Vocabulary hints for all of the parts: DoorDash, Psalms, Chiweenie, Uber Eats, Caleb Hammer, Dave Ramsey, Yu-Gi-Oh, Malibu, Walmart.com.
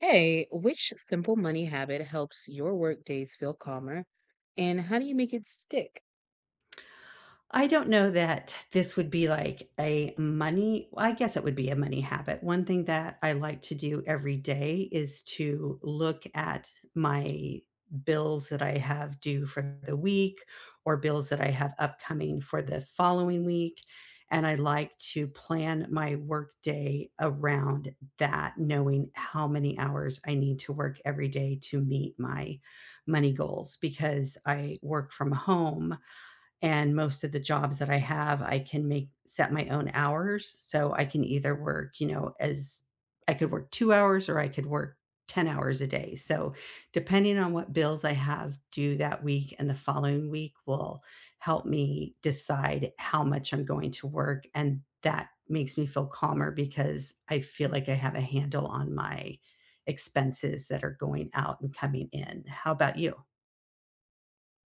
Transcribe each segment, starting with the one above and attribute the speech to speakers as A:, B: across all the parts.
A: Hey, which simple money habit helps your work days feel calmer and how do you make it stick?
B: I don't know that this would be like a money well, I guess it would be a money habit. One thing that I like to do every day is to look at my bills that I have due for the week or bills that I have upcoming for the following week, and I like to plan my workday around that, knowing how many hours I need to work every day to meet my money goals because I work from home and most of the jobs that I have, I can make set my own hours. So I can either work, as I could work 2 hours or I could work 10 hours a day. So depending on what bills I have due that week and the following week will help me decide how much I'm going to work. And that makes me feel calmer because I feel like I have a handle on my expenses that are going out and coming in. How about you?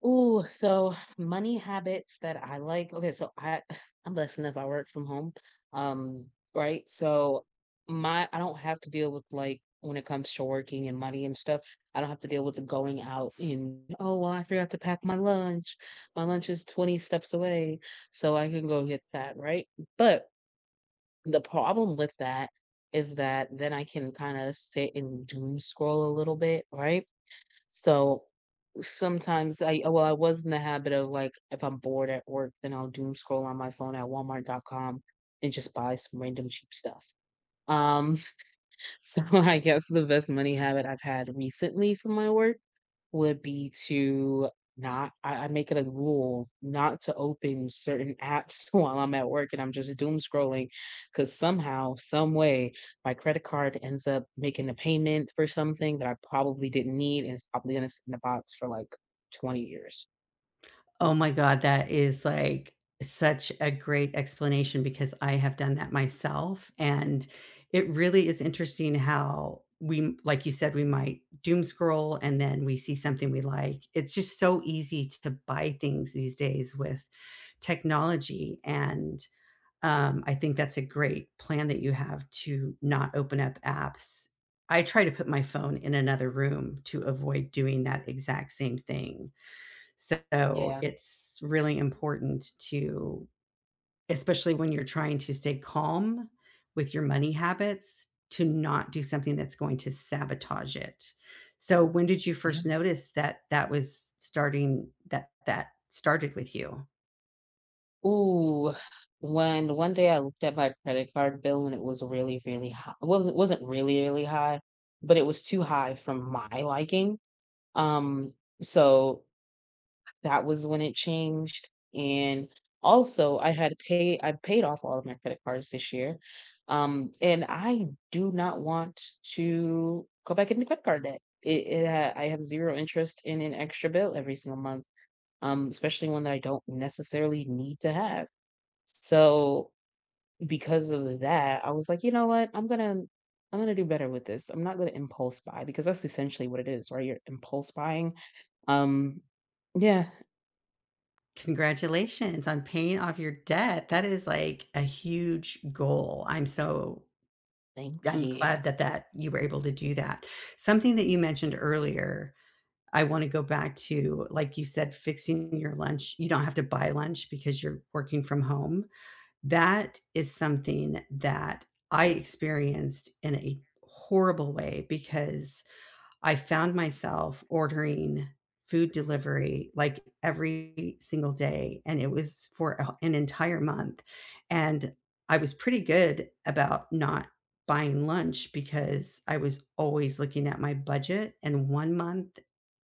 A: Ooh, so money habits that I like. Okay, so I I'm blessed enough I work from home. Right? So my I don't have to deal with when it comes to working and money and stuff, I don't have to deal with the going out and oh well, I forgot to pack my lunch. My lunch is 20 steps away, so I can go get that, right? But the problem with that is that then I can kinda sit and doom scroll a little bit, right? So, sometimes I well, I was in the habit of, like, if I'm bored at work, then I'll doom scroll on my phone at Walmart.com and just buy some random cheap stuff. Um so I guess the best money habit I've had recently from my work would be to not I make it a rule not to open certain apps while I'm at work and I'm just doom scrolling because somehow, some way, my credit card ends up making a payment for something that I probably didn't need and it's probably gonna sit in the box for like 20 years.
B: Oh my god, that is, like, such a great explanation because I have done that myself, and it really is interesting how we like you said, we might doom scroll and then we see something we like. It's just so easy to buy things these days with technology, and, I think that's a great plan that you have to not open up apps. I try to put my phone in another room to avoid doing that exact same thing. So
A: Yeah.
B: it's really important to especially when you're trying to stay calm with your money habits, to not do something that's going to sabotage it. So when did you first notice that that was starting that that started with you?
A: Ooh, when one day I looked at my credit card bill and it was really, really high. It wasn't really, really high, but it was too high from my liking. Um, so that was when it changed. And also I paid off all of my credit cards this year. And I do not want to go back into credit card debt. I have zero interest in an extra bill every single month, especially one that I don't necessarily need to have. So, because of that, I was like, "You know what? I'm gonna do better with this. I'm not gonna impulse buy," because that's essentially what it is, right? You're impulse buying. Um, yeah.
B: Congratulations on paying off your debt. That is like a huge goal. I'm so
A: Thank
B: I'm
A: you.
B: glad that you were able to do that. Something that you mentioned earlier I wanna go back to, like you said, fixing your lunch. You don't have to buy lunch because you're working from home. That is something that I experienced in a horrible way because I found myself ordering food delivery, like, every single day, and it was for a an entire month, and I was pretty good about not buying lunch because I was always looking at my budget, and 1 month,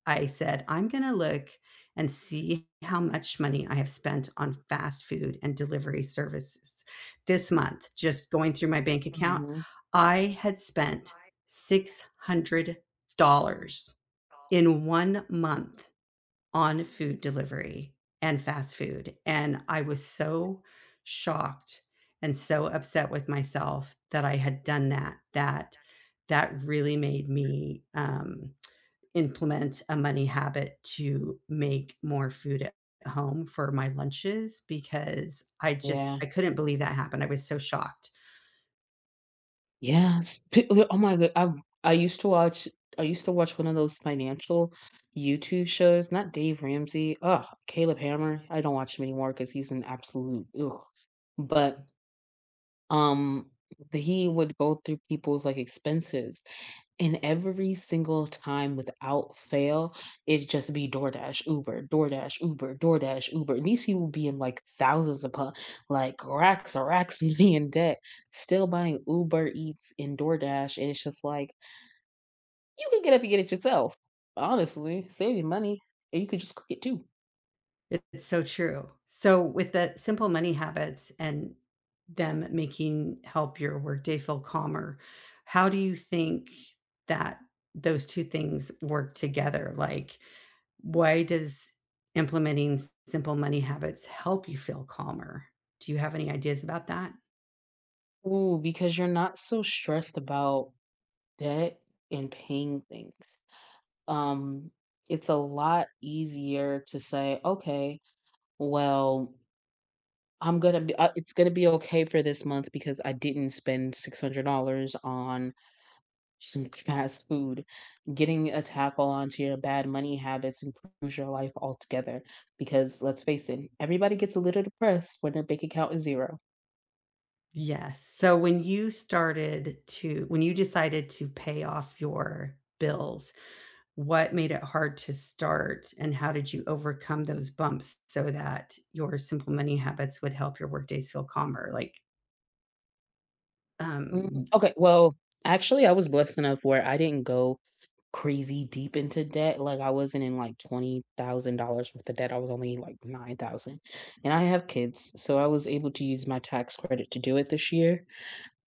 B: I said, "I'm gonna look and see how much money I have spent on fast food and delivery services." This month, just going through my bank account,
A: Mhm.
B: I had spent six hundred dollars in 1 month on food delivery and fast food, and I was so shocked and so upset with myself that I had done that, that that really made me, implement a money habit to make more food at home for my lunches because I just
A: Yeah.
B: I couldn't believe that happened. I was so shocked.
A: Yes. P oh oh my god. I used to watch I used to watch one of those financial YouTube shows, not Dave Ramsey. Ugh, Caleb Hammer. I don't watch him anymore because he's an absolute ugh, but Um, the he would go through people's, like, expenses, and every single time without fail, it'd just be DoorDash, Uber, DoorDash, Uber, DoorDash, Uber, and these people be in, like, thousands upon like, racks and racks of money in debt, still buying Uber Eats and DoorDash, and it's just like, "You could get up and get it yourself, honestly, save your money, and you could just cook it too."
B: It's so true. So with the simple money habits and them making help your workday feel calmer, how do you think that those 2 things work together? Like, why does implementing s simple money habits help you feel calmer? Do you have any ideas about that?
A: Ooh, because you're not so stressed about debt and paying things. um, it's a lot easier to say, okay, well, it's gonna be okay for this month because I didn't spend $600 on fast food. Getting a tackle onto your bad money habits improves your life altogether because let's face it, everybody gets a little depressed when their bank account is zero.
B: Yes. So when you started to when you decided to pay off your bills, what made it hard to start and how did you overcome those bumps so that your simple money habits would help your workdays feel calmer? Like,
A: Mm,
B: um,
A: okay, well, actually, I was blessed enough where I didn't go crazy deep into debt, like, I wasn't in, like, $20,000 worth of debt, I was only like, 9,000, and I have kids, so I was able to use my tax credit to do it this year.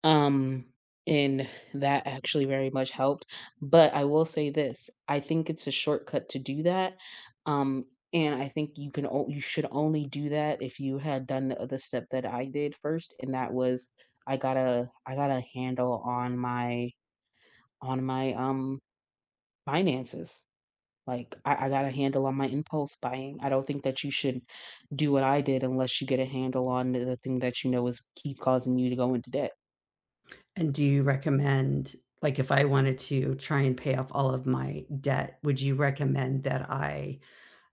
A: Um, and that actually very much helped. But I will say this, I think it's a shortcut to do that. Um, and I think you should only do that if you had done the other step that I did first, and that was I got a handle on my on my um finances. Like, I got a handle on my impulse buying. I don't think that you should do what I did unless you get a handle on the thing that you know is keep causing you to go into debt.
B: and do you recommend like if I wanted to try and pay off all of my debt, would you recommend that I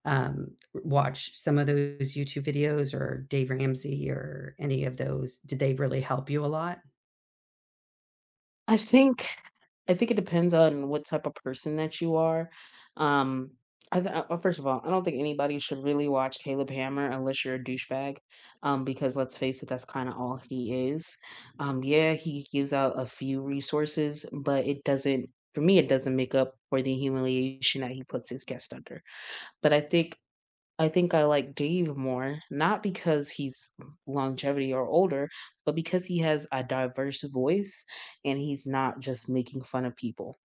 B: watch some of those YouTube videos or Dave Ramsey or any of those? Did they really help you a lot?
A: I think I think it depends on what type of person that you are. Um, I th first of all, I don't think anybody should really watch Caleb Hammer unless you're a douchebag, because let's face it, that's kinda all he is. Yeah, he gives out a few resources, but it doesn't for me, it doesn't make up for the humiliation that he puts his guest under. But I think I like Dave more, not because he's longevity or older, but because he has a diverse voice and he's not just making fun of people.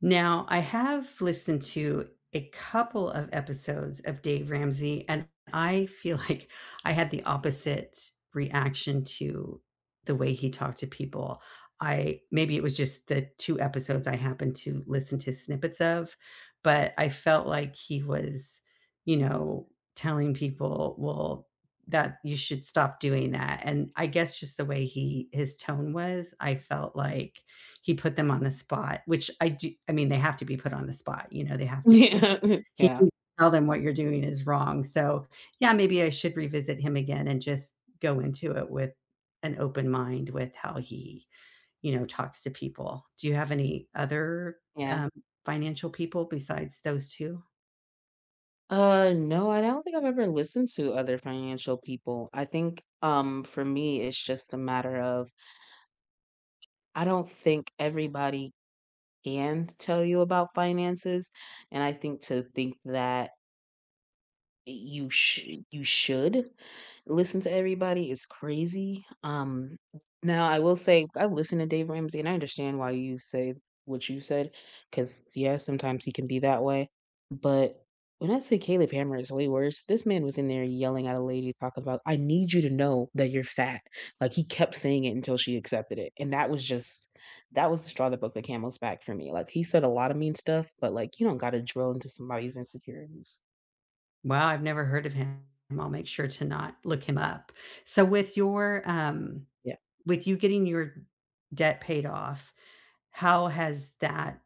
B: Now, I have listened to a couple of episodes of Dave Ramsey, and I feel like I had the opposite reaction to the way he talked to people. I maybe it was just the 2 episodes I happened to listen to snippets of, but I felt like he was, telling people, "Well, that you should stop doing that." And I guess just the way he his tone was, I felt like he put them on the spot, which I do I mean, they have to be put on the spot, they have to be
A: Yeah,
B: he
A: yeah,
B: needs to tell them what you're doing is wrong, so, yeah, maybe I should revisit him again and just go into it with an open mind with how he, talks to people. Do you have any other,
A: yeah.
B: um, financial people besides those 2?
A: No, I don't think I've ever listened to other financial people. For me, it's just a matter of I don't think everybody can tell you about finances, and I think to think that you should listen to everybody, it's crazy, now I will say, I listen to Dave Ramsey, and I understand why you say what you said because yeah, sometimes he can be that way, but when I say Caleb Hammer is way worse, this man was in there yelling at a lady talking about, "I need you to know that you're fat," like, he kept saying it until she accepted it, and that was the straw that broke the camel's back for me, like, he said a lot of mean stuff, but, like, you don't gotta drill into somebody's insecurities.
B: Wow, I've never heard of him. I'll make sure to not look him up. So with your,
A: Yeah.
B: with you getting your debt paid off, how has that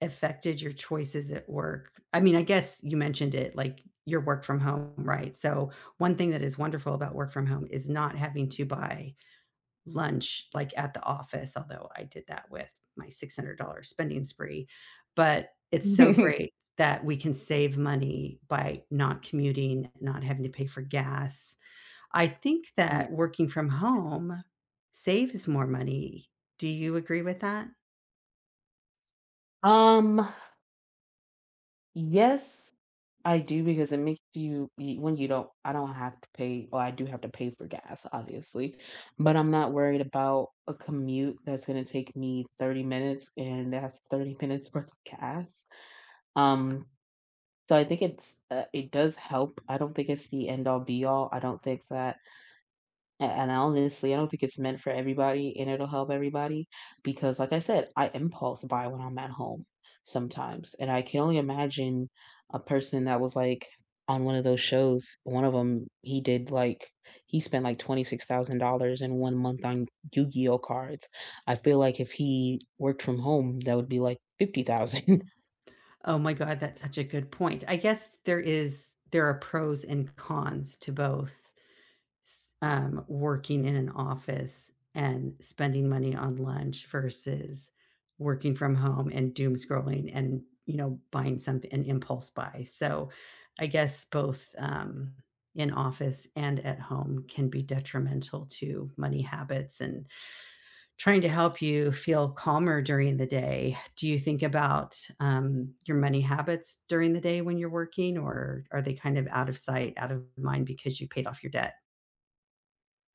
B: affected your choices at work? I mean, I guess you mentioned it, like your work from home, right? So one thing that is wonderful about work from home is not having to buy lunch like at the office, although I did that with my $600 spending spree. But it's so great that we can save money by not commuting, not having to pay for gas. I think that
A: Yeah.
B: working from home saves more money. Do you agree with that?
A: Um, yes, I do because it makes when you don't I don't have to pay or I do have to pay for gas, obviously. But I'm not worried about a commute that's gonna take me 30 minutes and that's 30 minutes worth of gas. Um, so I think it does help. I don't think it's the end all be all. I don't think that A and honestly, I don't think it's meant for everybody, and it'll help everybody because, like I said, I impulse buy when I'm at home sometimes, and I can only imagine a person that was, like, on one of those shows. One of them, he did, like he spent, like, $26,000 in 1 month on Yu-Gi-Oh! Cards. I feel like if he worked from home, that would be, like, 50,000.
B: Oh my god, that's such a good point. I guess there is there are pros and cons to both, s working in an office and spending money on lunch versus working from home and doom scrolling and, buying something an impulse buy. So, I guess both, in office and at home can be detrimental to money habits and trying to help you feel calmer during the day. Do you think about, your money habits during the day when you're working, or are they kind of out of sight, out of mind because you paid off your debt?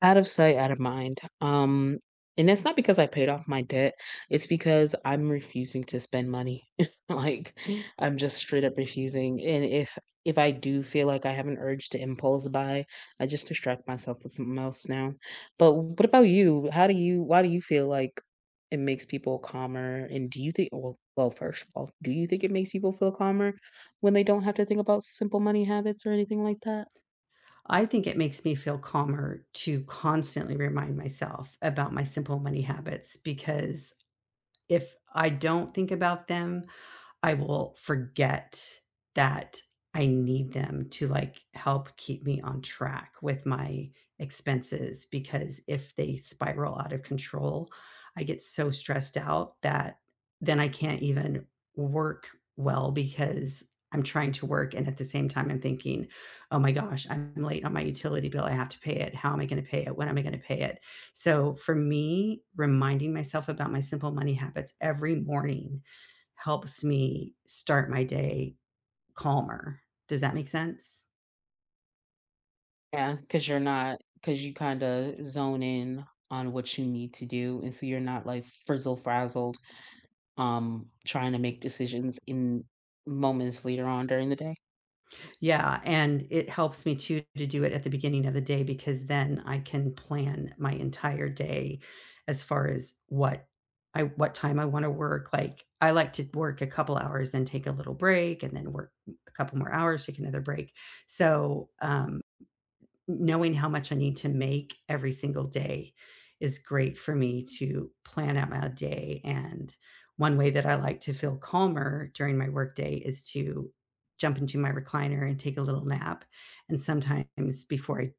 A: Out of sight, out of mind. And that's not because I paid off my debt. It's because I'm refusing to spend money. Like I'm just straight up refusing. And if I do feel like I have an urge to impulse buy, I just distract myself with something else now. But what about you? How do you why do you feel like it makes people calmer? And do you think first of all, do you think it makes people feel calmer when they don't have to think about simple money habits or anything like that?
B: I think it makes me feel calmer to constantly remind myself about my simple money habits because if I don't think about them, I will forget that I need them to, like, help keep me on track with my expenses because if they spiral out of control, I get so stressed out that then I can't even work well because I'm trying to work and at the same time I'm thinking, "Oh my gosh, I'm late on my utility bill, I have to pay it. How am I gonna pay it? When am I gonna pay it?" So, for me, reminding myself about my simple money habits every morning helps me start my day calmer. Does that make sense?
A: Yeah, because you are not, because you kind of zone in on what you need to do, and so you're not, like, frizzle-frazzled, trying to make decisions in moments later on during the day.
B: Yeah, and it helps me too to do it at the beginning of the day because then I can plan my entire day as far as what I what time I wanna work, like, I like to work a couple hours, then take a little break, and then work a couple more hours, take another break. So, Knowing how much I need to make every single day is great for me to plan out my day, and one way that I like to feel calmer during my workday is to jump into my recliner and take a little nap, and sometimes before I,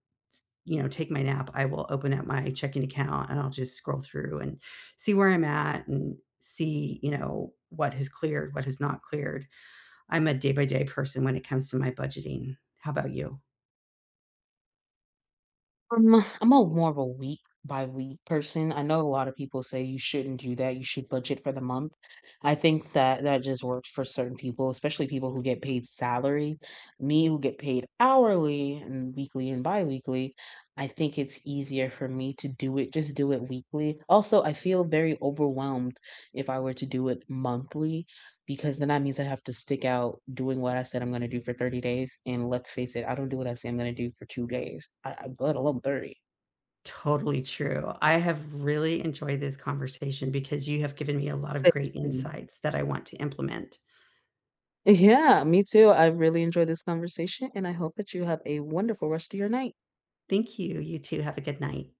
B: take my nap, I will open up my checking account, and I'll just scroll through and see where I'm at and see, what has cleared, what has not cleared. I'm a day-by-day person when it comes to my budgeting. How about you?
A: Um, I'm a more of a week by week person. I know a lot of people say you shouldn't do that. You should budget for the month. I think that that just works for certain people, especially people who get paid salary. Me, who get paid hourly and weekly and bi-weekly, I think it's easier for me to do it, just do it weekly. Also, I feel very overwhelmed if I were to do it monthly because then that means I have to stick out doing what I said I'm going to do for 30 days. And let's face it, I don't do what I say I'm going to do for 2 days, let alone 30.
B: Totally true. I have really enjoyed this conversation because you have given me a lot of
A: Same.
B: great
A: Mm.
B: insights that I want to implement.
A: Yeah, me too. I really enjoyed this conversation, and I hope that you have a wonderful rest of your night.
B: Thank you. You too. Have a good night.